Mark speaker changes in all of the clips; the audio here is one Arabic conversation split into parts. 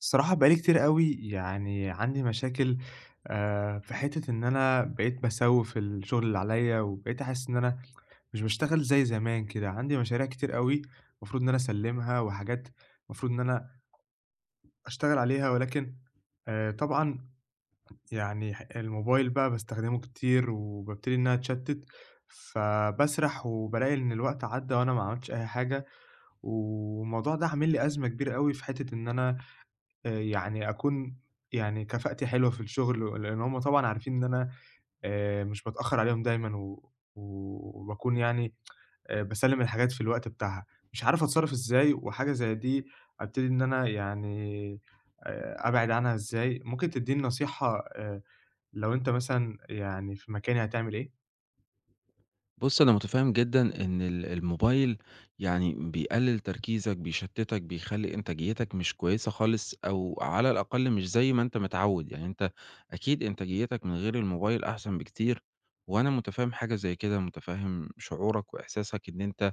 Speaker 1: الصراحة بقى لي كتير أوي، يعني عندي مشاكل. في حتّة إن أنا بقيت باسوِّف الشغل اللي عليّا، وبقيت أحس إن أنا مش باشتغل زي زمان كده. عندي مشاريع كتير أوي المفروض إن أنا أسلِّمها، وحاجات المفروض إن أنا أشتغل عليها، ولكن طبعًا يعني الموبايل بقى باستخدمه كتير، وبابتدي إن أنا أتشتِّت، فباسرح وبالاقي إن الوقت عدّى وأنا ما عملتش أي حاجة، والموضوع ده عامل لي أزمة كبيرة أوي في حتّة إن أنا يعني يعني كفاءتي حلوة في الشغل، لإن هُم طبعًا عارفين إن أنا مش باتأخّر عليهم دايمًا وباكون يعني باسلِّم الحاجات في الوقت بتاعها. مش عارف أتصرّف إزاي، وحاجة زي دي أبتدي إن أنا يعني أبعد عنها إزاي؟ ممكن تدّيني نصيحة؟ لو أنت مثلًا يعني في مكاني هتعمل إيه؟
Speaker 2: بُص، أنا متفهم جدًا إن ال الموبايل يعني بيقلل تركيزك، بيشتتك، بيخلّي إنتاجيتك مش كويسة خالص أو على الأقل مش زي ما أنت متعود، يعني أنت أكيد إنتاجيتك من غير الموبايل أحسن بكتير، وأنا متفهم حاجة زي كده، متفهم شعورك وإحساسك إن أنت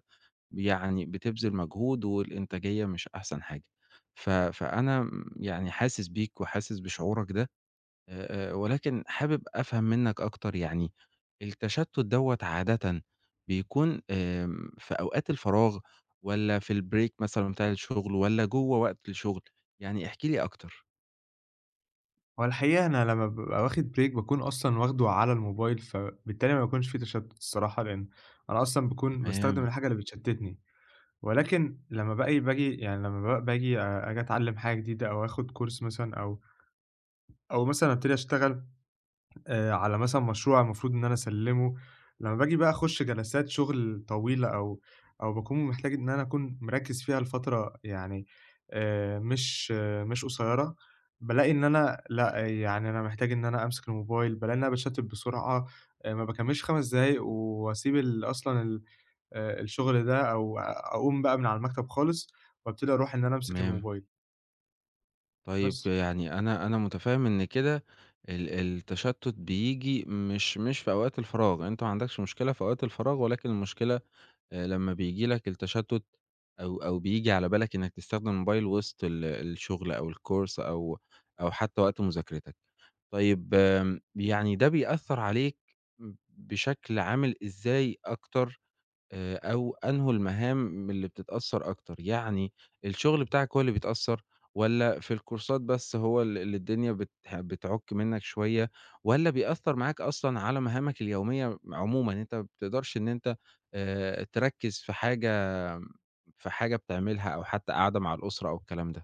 Speaker 2: يعني بتبذل مجهود والإنتاجية مش أحسن حاجة، فأنا يعني حاسس بيك وحاسس بشعورك ده. ولكن حابب أفهم منّك أكتر. يعني التشتُّت دوّة عادةً بيكون في أوقات الفراغ والّا في الbreak مثلًا بتاع الشغل والّا جوّه وقت الشغل؟ يعني احكِ لي أكتر.
Speaker 1: هو الحقيقة أنا لمّا بابقى واخد break باكون أصلًا واخده على الموبايل، فبالتالي ما بيكونش في تشتُّت الصراحة، لإن أنا أصلًا باكون باستخدم
Speaker 2: تمام،
Speaker 1: الحاجة اللي بتشتِّتني. ولكن لمّا باقي باجي، يعني لمّا بقى باجي آجي أتعلّم حاجة جديدة أو آخُد كورس مثلًا، أو مثلًا أبتدي أشتغل على مثلًا مشروع المفروض إن أنا أسلِّمه. لمّا باجي بقى أخُش جلسات شُغل طويلة، أو باكون محتاج إن أنا أكون مركِّز فيها لفترة يعني مش قصيّرة، بالاقي إن أنا لأ، يعني أنا محتاج إن أنا أمسك الموبايل. بالاقي إن أنا باتشتِّت بسرعة، ما باكمّلش 5 دقايق، وأسيب أصلًا ال الشغل ده، أو أقوم بقى من على المكتب خالص وابتدي أروح إن أنا أمسك
Speaker 2: تمام.
Speaker 1: الموبايل
Speaker 2: طيب
Speaker 1: بس.
Speaker 2: يعني أنا مُتفهِّم إن كده التشتُّت بييجي مش في أوقات الفراغ، أنت ما عندكش مشكلة في أوقات الفراغ ولكن المشكلة لمّا بييجي لك التشتُّت أو بييجي على بالك إنّك تستخدم الموبايل وسط الشغل أو الcourse أو أو حتّى وقت مذاكرتك. طيب يعني ده بيأثّر عليك بشكل عامل إزاي أكتر، أو أنهُ المهام اللي بتتأثّر أكتر، يعني الشغل بتاعك هو اللي بيتأثّر، والّا في الكورسات بس هو اللي الدنيا بتعُك منّك شوية، والّا بيأثّر معاك أصلًا على مهامك اليومية عمومًا، أنت ما بتقدرش إن أنت تركّز في حاجة في حاجة بتعملها أو حتى قاعدة مع الأسرة أو الكلام ده؟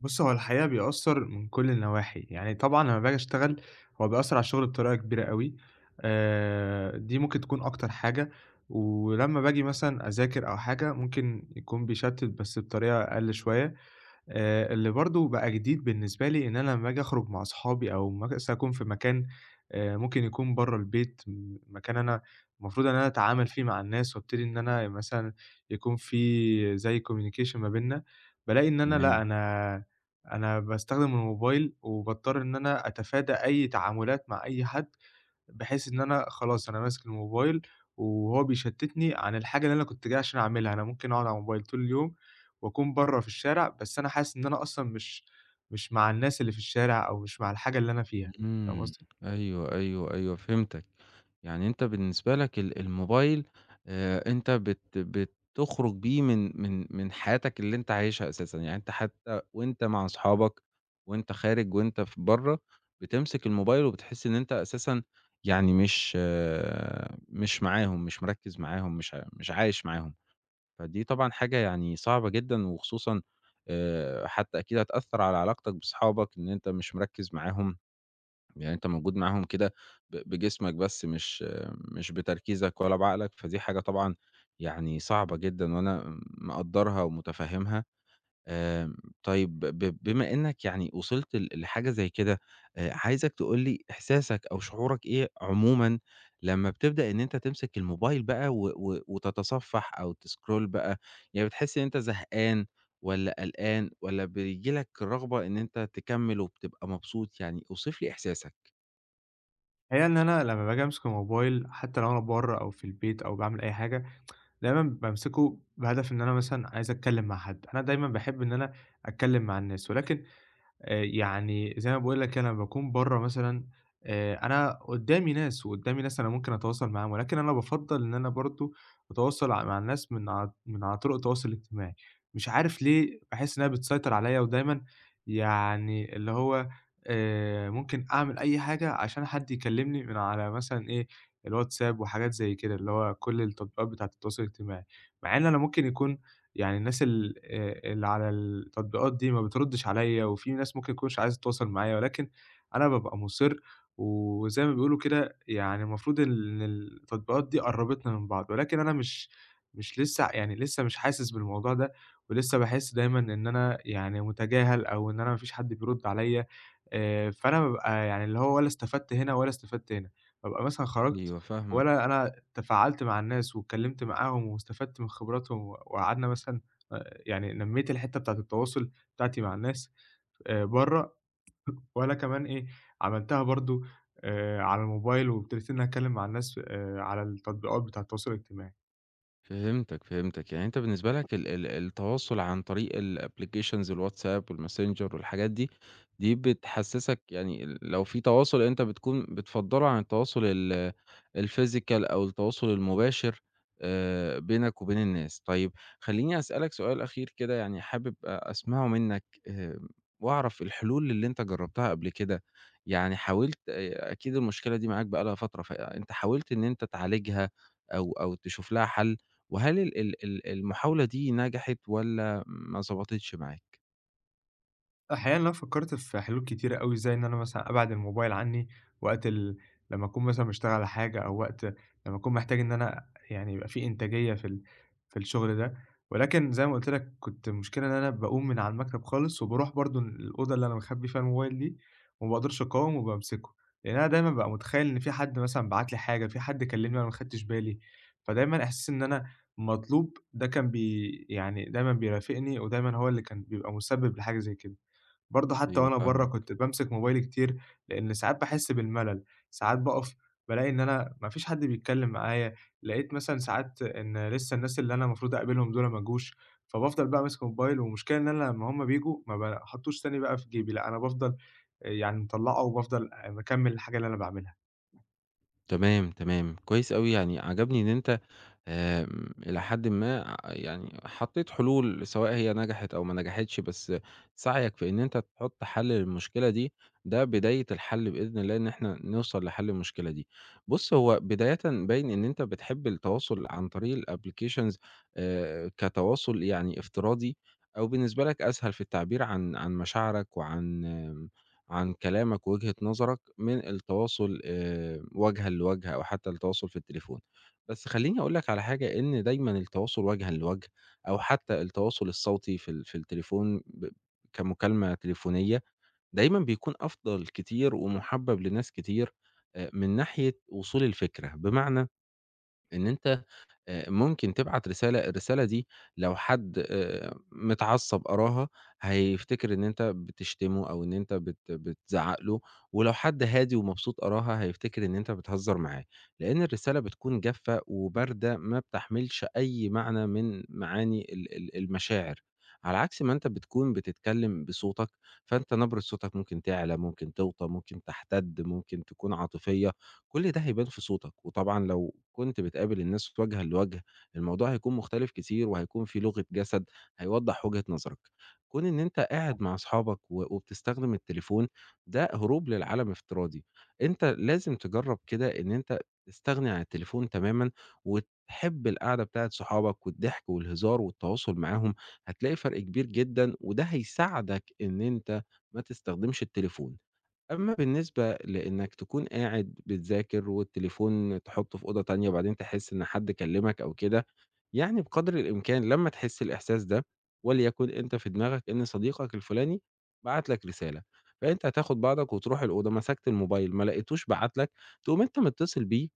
Speaker 1: بُص، هو الحقيقة بيأثّر من كل النواحي، يعني طبعًا لمّا باجي أشتغل هو بيأثّر على الشغل بطريقة كبيرة أوي. دي ممكن تكون أكتر حاجة. ولمّا باجي مثلًا أذاكر أو حاجة ممكن يكون بيشتِّت، بس بطريقة أقل شوية. اللي برضه بقى جديد بالنسبة لي إن أنا لمّا آجي أخرج مع أصحابي، أو مثلًا أكون في مكان ممكن يكون برّه البيت، مكان أنا المفروض إن أنا أتعامل فيه مع الناس، وابتدي إن أنا مثلًا يكون في زي communication ما بيننا، بالاقي إن أنا لأ،
Speaker 2: تمام.
Speaker 1: أنا باستخدم الموبايل وباضطر إن أنا أتفادى أي تعاملات مع أي حد، بحيث إن أنا خلاص أنا ماسك الموبايل، وهو بيشتتني عن الحاجة اللي أنا كنت جاي عشان أعملها. أنا ممكن أقعد على الموبايل طول اليوم وأكون برّه في الشارع، بس أنا حاسس إن أنا أصلًا مش مع الناس اللي في الشارع، أو مش مع الحاجة اللي أنا فيها. فاهم
Speaker 2: إمم.
Speaker 1: قصدي؟
Speaker 2: أيوه، أيوه، أيوه، فهمتك. يعني أنت بالنسبة لك الموبايل أنت بتخرج بيه من من حياتك اللي أنت عايشها أساسًا. يعني أنت حتّى وأنت مع أصحابك وأنت خارج وأنت برّه، بتمسك الموبايل وبتحس إن أنت أساسًا يعني مش معاهم، مش مركّز معاهم، مش عايش معاهم. فدي طبعًا حاجة يعني صعبة جدًا وخصوصًا حتّى أكيد هتأثّر على علاقتك بأصحابك إن أنت مش مركّز معاهم. يعني أنت موجود معاهم كده بجسمك بس مش بتركيزك ولا بعقلك، فدي حاجة طبعًا يعني صعبة جدًا وأنا مقدّرها ومتفهّمها. آمم، طيب بما إنّك يعني وصلت لحاجة زي كده، عايزك تقول لي إحساسك أو شعورك إيه عمومًا لمّا بتبدأ إن أنت تمسك الموبايل بقى و وتتصفّح أو تسكرول بقى، يعني بتحس إن أنت زهقان والّا قلقان والّا بييجي لك الرغبة إن أنت تكمّل وبتبقى مبسوط؟ يعني اوصف لي إحساسك.
Speaker 1: الحقيقة إن أنا لمّا باجي أمسك الموبايل حتى لو أنا برّه، أو في البيت، أو باعمل أي حاجة، دايمًا بامسكه بهدف إن أنا مثلًا عايز أتكلم مع حد. أنا دايمًا باحب إن أنا أتكلم مع الناس، ولكن يعني زي ما باقول لك، أنا لمّا باكون برّه مثلًا أنا قُدّامي ناس، وقُدّامي ناس أنا ممكن أتواصل معاهم، ولكن أنا بافضّل إن أنا برضه أتواصل مع الناس من على طرق التواصل الاجتماعي. مش عارف ليه باحس إنها بتسيطر عليّا، ودايمًا يعني اللي هو ممكن أعمل أي حاجة عشان حد يكلّمني من على مثلًا إيه الواتساب وحاجات زي كده، اللي هو كل التطبيقات بتاعة التواصل الاجتماعي. مع إن أنا ممكن يكون يعني الناس ال اللي على التطبيقات دي ما بتردّش عليّا، وفي ناس ممكن تكونش عايزة تتواصل معايا، ولكن أنا بابقى مُصِر. وزي ما بيقولوا كده يعني المفروض إن التطبيقات دي قرّبتنا من بعض، ولكن أنا مش لسه يعني لسه مش حاسس بالموضوع ده، ولسه باحس دايمًا إن أنا يعني مُتجاهل، أو إن أنا ما فيش حد بيرُد عليّا. فأنا بابقى يعني اللي هو ولا استفدت هنا، ولا استفدت هنا. بابقى مثلًا خرجت
Speaker 2: أيوه، فاهمك.
Speaker 1: ولا أنا تفاعلت مع الناس واتكلمت معاهم واستفدت من خبراتهم، وقعدنا مثلًا يعني نمّيت الحتّة بتاعة التواصل بتاعتي مع الناس برّه، ولا كمان إيه، عملتها برضه على الموبايل وابتديت إن أنا أتكلم مع الناس على التطبيقات بتاعة التواصل الاجتماعي.
Speaker 2: فهمتك، فهمتك، يعني أنت بالنسبة لك ال التواصل عن طريق الapplications، الWhatsApp والMessenger والحاجات دي، دي بتحسسك يعني لو في تواصل أنت بتكون بتفضّله عن التواصل الphysical أو التواصل المباشر بينك وبين الناس. طيب خلّيني أسألك سؤال أخير كده، يعني حابب أسمعه منك، وأعرف الحلول اللي أنت جرّبتها قبل كده، يعني حاولت، أكيد المشكلة دي معاك بقى لها فترة، فأنت حاولت إن أنت تعالجها أو تشوف لها حل؟ وهل ال المحاولة دي نجحت والّا ما ضبطتش معاك؟
Speaker 1: الحقيقة إن أنا فكّرت في حلول كتيرة أوي، زي إن أنا مثلًا أبعد الموبايل عني وقت لمّا أكون مثلًا باشتغل على حاجة، أو وقت لمّا أكون محتاج إن أنا يعني يبقى في إنتاجية في الشغل ده. ولكن زي ما قُلت لك، كنت المشكلة إن أنا باقوم من على المكتب خالص وباروح برضه الأوضة اللي أنا مخبّي فيها الموبايل دي، وما باقدرش أقاوم وبامسكه، لإن أنا دايمًا بابقى متخيّل إن في حد مثلًا بعت لي حاجة، في حد كلّمني وأنا ما خدتش بالي. فدايمًا إحساس إن أنا مطلوب، ده كان بي يعني دايمًا بيرافقني، ودايمًا هو اللي كان بيبقى مسبب لحاجة زي كده. برضه حتى
Speaker 2: أيوه،
Speaker 1: وأنا برّه
Speaker 2: فاهمك.
Speaker 1: كنت بامسك موبايلي كتير، لإن ساعات باحس بالملل، ساعات باقف بالاقي إن أنا ما فيش حد بيتكلّم معايا، لقيت مثلًا ساعات إن لسه الناس اللي أنا المفروض أقابلهم دول ما جوش، فبافضل بقى ماسك الموبايل. والمشكلة إن أنا لمّا هُم بييجوا ما باحطوش تاني بقى في جيبي، لأ أنا بافضل يعني مطلّعه، وبافضل مكمّل الحاجة اللي أنا باعملها.
Speaker 2: تمام، تمام، كويس أوي، يعني عجبني إن أنت، إلى حدٍ ما يعني حطّيت حلول سواء هي نجحت أو ما نجحتش، بس سعيك في إن أنت تحُط حل للمشكلة دي، ده بداية الحل بإذن الله إن إحنا نوصل لحل المشكلة دي. بُص، هو بدايةً باين إن أنت بتحب التواصل عن طريق الapplications، كتواصل يعني افتراضي أو بالنسبة لك أسهل في التعبير عن مشاعرك وعن، عن كلامك ووجهة نظرك من التواصل، وجهًا لوجه أو حتى التواصل في التليفون. بس خلّيني أقول لك على حاجة، إن دايمًا التواصل وجهًا لوجه أو حتى التواصل الصوتي في في التليفون كمكالمة تليفونية، دايمًا بيكون أفضل كتير ومُحبّب لناس كتير من ناحية وصول الفكرة. بمعنى إن أنت ممكن تبعت رسالة، الرسالة دي لو حد متعصّب قراها، هيفتكر إن أنت بتشتمه أو إن أنت بتزعّق له، ولو حد هادي ومبسوط قراها هيفتكر إن أنت بتهزّر معاه، لإن الرسالة بتكون جافة وباردة ما بتحملش أي معنى من معاني ال المشاعر، على عكس ما أنت بتكون بتتكلم بصوتك، فأنت نبرة صوتك ممكن تعلى، ممكن توطى، ممكن تحتد، ممكن تكون عاطفية. كل ده هيبان في صوتك، وطبعًا لو كنت بتقابل الناس وجهًا لوجه، الموضوع هيكون مختلف كتير وهيكون في لغة جسد هيوضّح وجهة نظرك. كون إن أنت قاعد مع أصحابك وبتستخدم التليفون، ده هروب للعالم افتراضي. أنت لازم تجرّب كده إن أنت تستغني عن التليفون تمامًا، وتحب القعدة بتاعة صحابك والضحك والهزار والتواصل معاهم، هتلاقي فرق كبير جدًا، وده هيساعدك إن أنت ما تستخدمش التليفون. أمّا بالنسبة لإنك تكون قاعد بتذاكر والتليفون تحُطّه في أوضة تانية وبعدين تحس إن حد كلّمك أو كده، يعني بقدر الإمكان لمّا تحس الإحساس ده وليكن أنت في دماغك إن صديقك الفلاني بَعت لك رسالة، فأنت هتاخُد بعضك وتروح الأوضة، مسكت الموبايل ما لقيتوش بَعت لك، تقوم أنت متصل بيه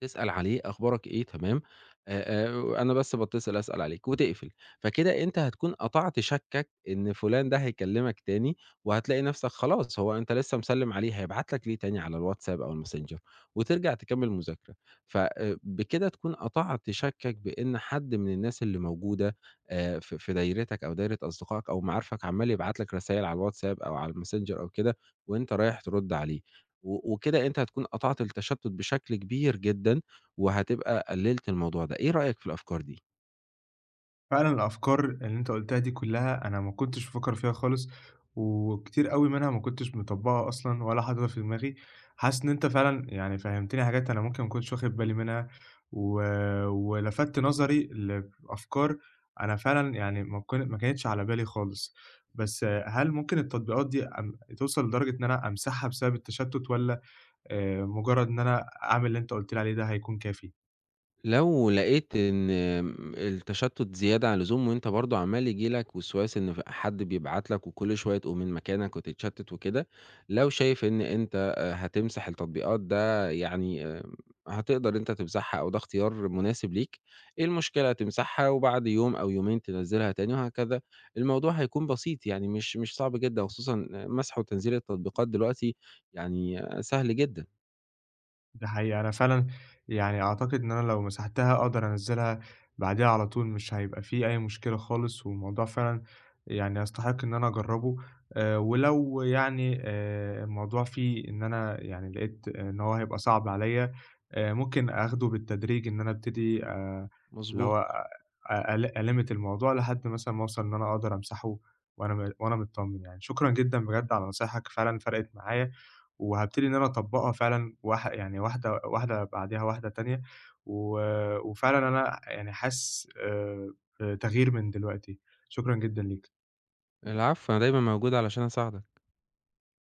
Speaker 2: تسأل عليه أخبارك إيه تمام، آآ، أنا بس باتصل أسأل عليك وتقفل، فكده أنت هتكون قطعت شَكّك إن فلان ده هيكلمك تاني، وهتلاقي نفسك خلاص هو أنت لسه مسلم عليه هيبعت لك ليه تاني على الواتساب أو الماسنجر، وترجع تكمل مذاكرة، ف بكده تكون قطعت شَكّك بإن حد من الناس اللي موجودة في دايرتك أو دايرة أصدقائك أو معارفك عمّال يبعت لك رسايل على الواتساب أو على الماسنجر أو كده، وأنت رايح ترد عليه. و وكده أنت هتكون قطعت التشتُّت بشكل كبير جدًا، وهتبقى قلّلت الموضوع ده. إيه رأيك في الأفكار دي؟
Speaker 1: فعلًا الأفكار اللي أنت قُلتها دي كلّها أنا ما كنتش بافكّر فيها خالص، وكتير أوي منها ما كنتش مطبّقها أصلًا ولا حاططها في دماغي. حاسس إن أنت فعلًا يعني فهّمتني حاجات أنا ممكن ما كنتش واخد بالي منها، و ولفتت نظري لأفكار أنا فعلًا يعني ما كانتش على بالي خالص، بس هل ممكن التطبيقات دي توصل لدرجة إن أنا أمسحها بسبب التشتُّت، والّا مجرّد إن أنا أعمل اللي أنت قُلت لي عليه ده هيكون كافي؟
Speaker 2: لو لقيت إن، التشتُّت زيادة عن اللزوم وأنت برضه عمّال ييجي لك وسواس إن ف حد بيبعت لك وكل شوية تقوم من مكانك وتتشتِّت وكده، لو شايف إن أنت هتمسح التطبيقات ده، يعني هتقدر أنت تمسحها أو ده اختيار مناسب ليك، إيه المشكلة تمسحها وبعد يوم أو يومين تنزّلها تاني وهكذا، الموضوع هيكون بسيط يعني مش صعب جدًا وخصوصًا مسح وتنزيل التطبيقات دلوقتي، يعني آه، سهل جدًا.
Speaker 1: ده حقيقي. أنا فعلًا يعني أعتقد إن أنا لو مسحتها أقدر أنزّلها بعديها على طول، مش هيبقى في أي مشكلة خالص، والموضوع فعلًا يعني يستحق إن أنا أجرّبه. ولو يعني الموضوع فيه إن أنا يعني لقيت إن هو هيبقى صعب عليّا، ممكن آخده بالتدريج، إن أنا أبتدي اللي
Speaker 2: مضبوط.
Speaker 1: هو أقل ألِمِّت الموضوع لحد مثلًا ما أوصل إن أنا أقدر أمسحه، وأنا متطمن يعني. شكرًا جدًا بجد على نصايحك، فعلًا فرقِت معايا. وهابتدي إن أنا أطبّقها فعلًا يعني واحدة واحدة بعديها واحدة تانية، و وفعلًا أنا يعني حاسس بتغيير من دلوقتي، شكرًا جدًا ليك.
Speaker 2: العفو، أنا دايمًا موجود علشان أساعدك.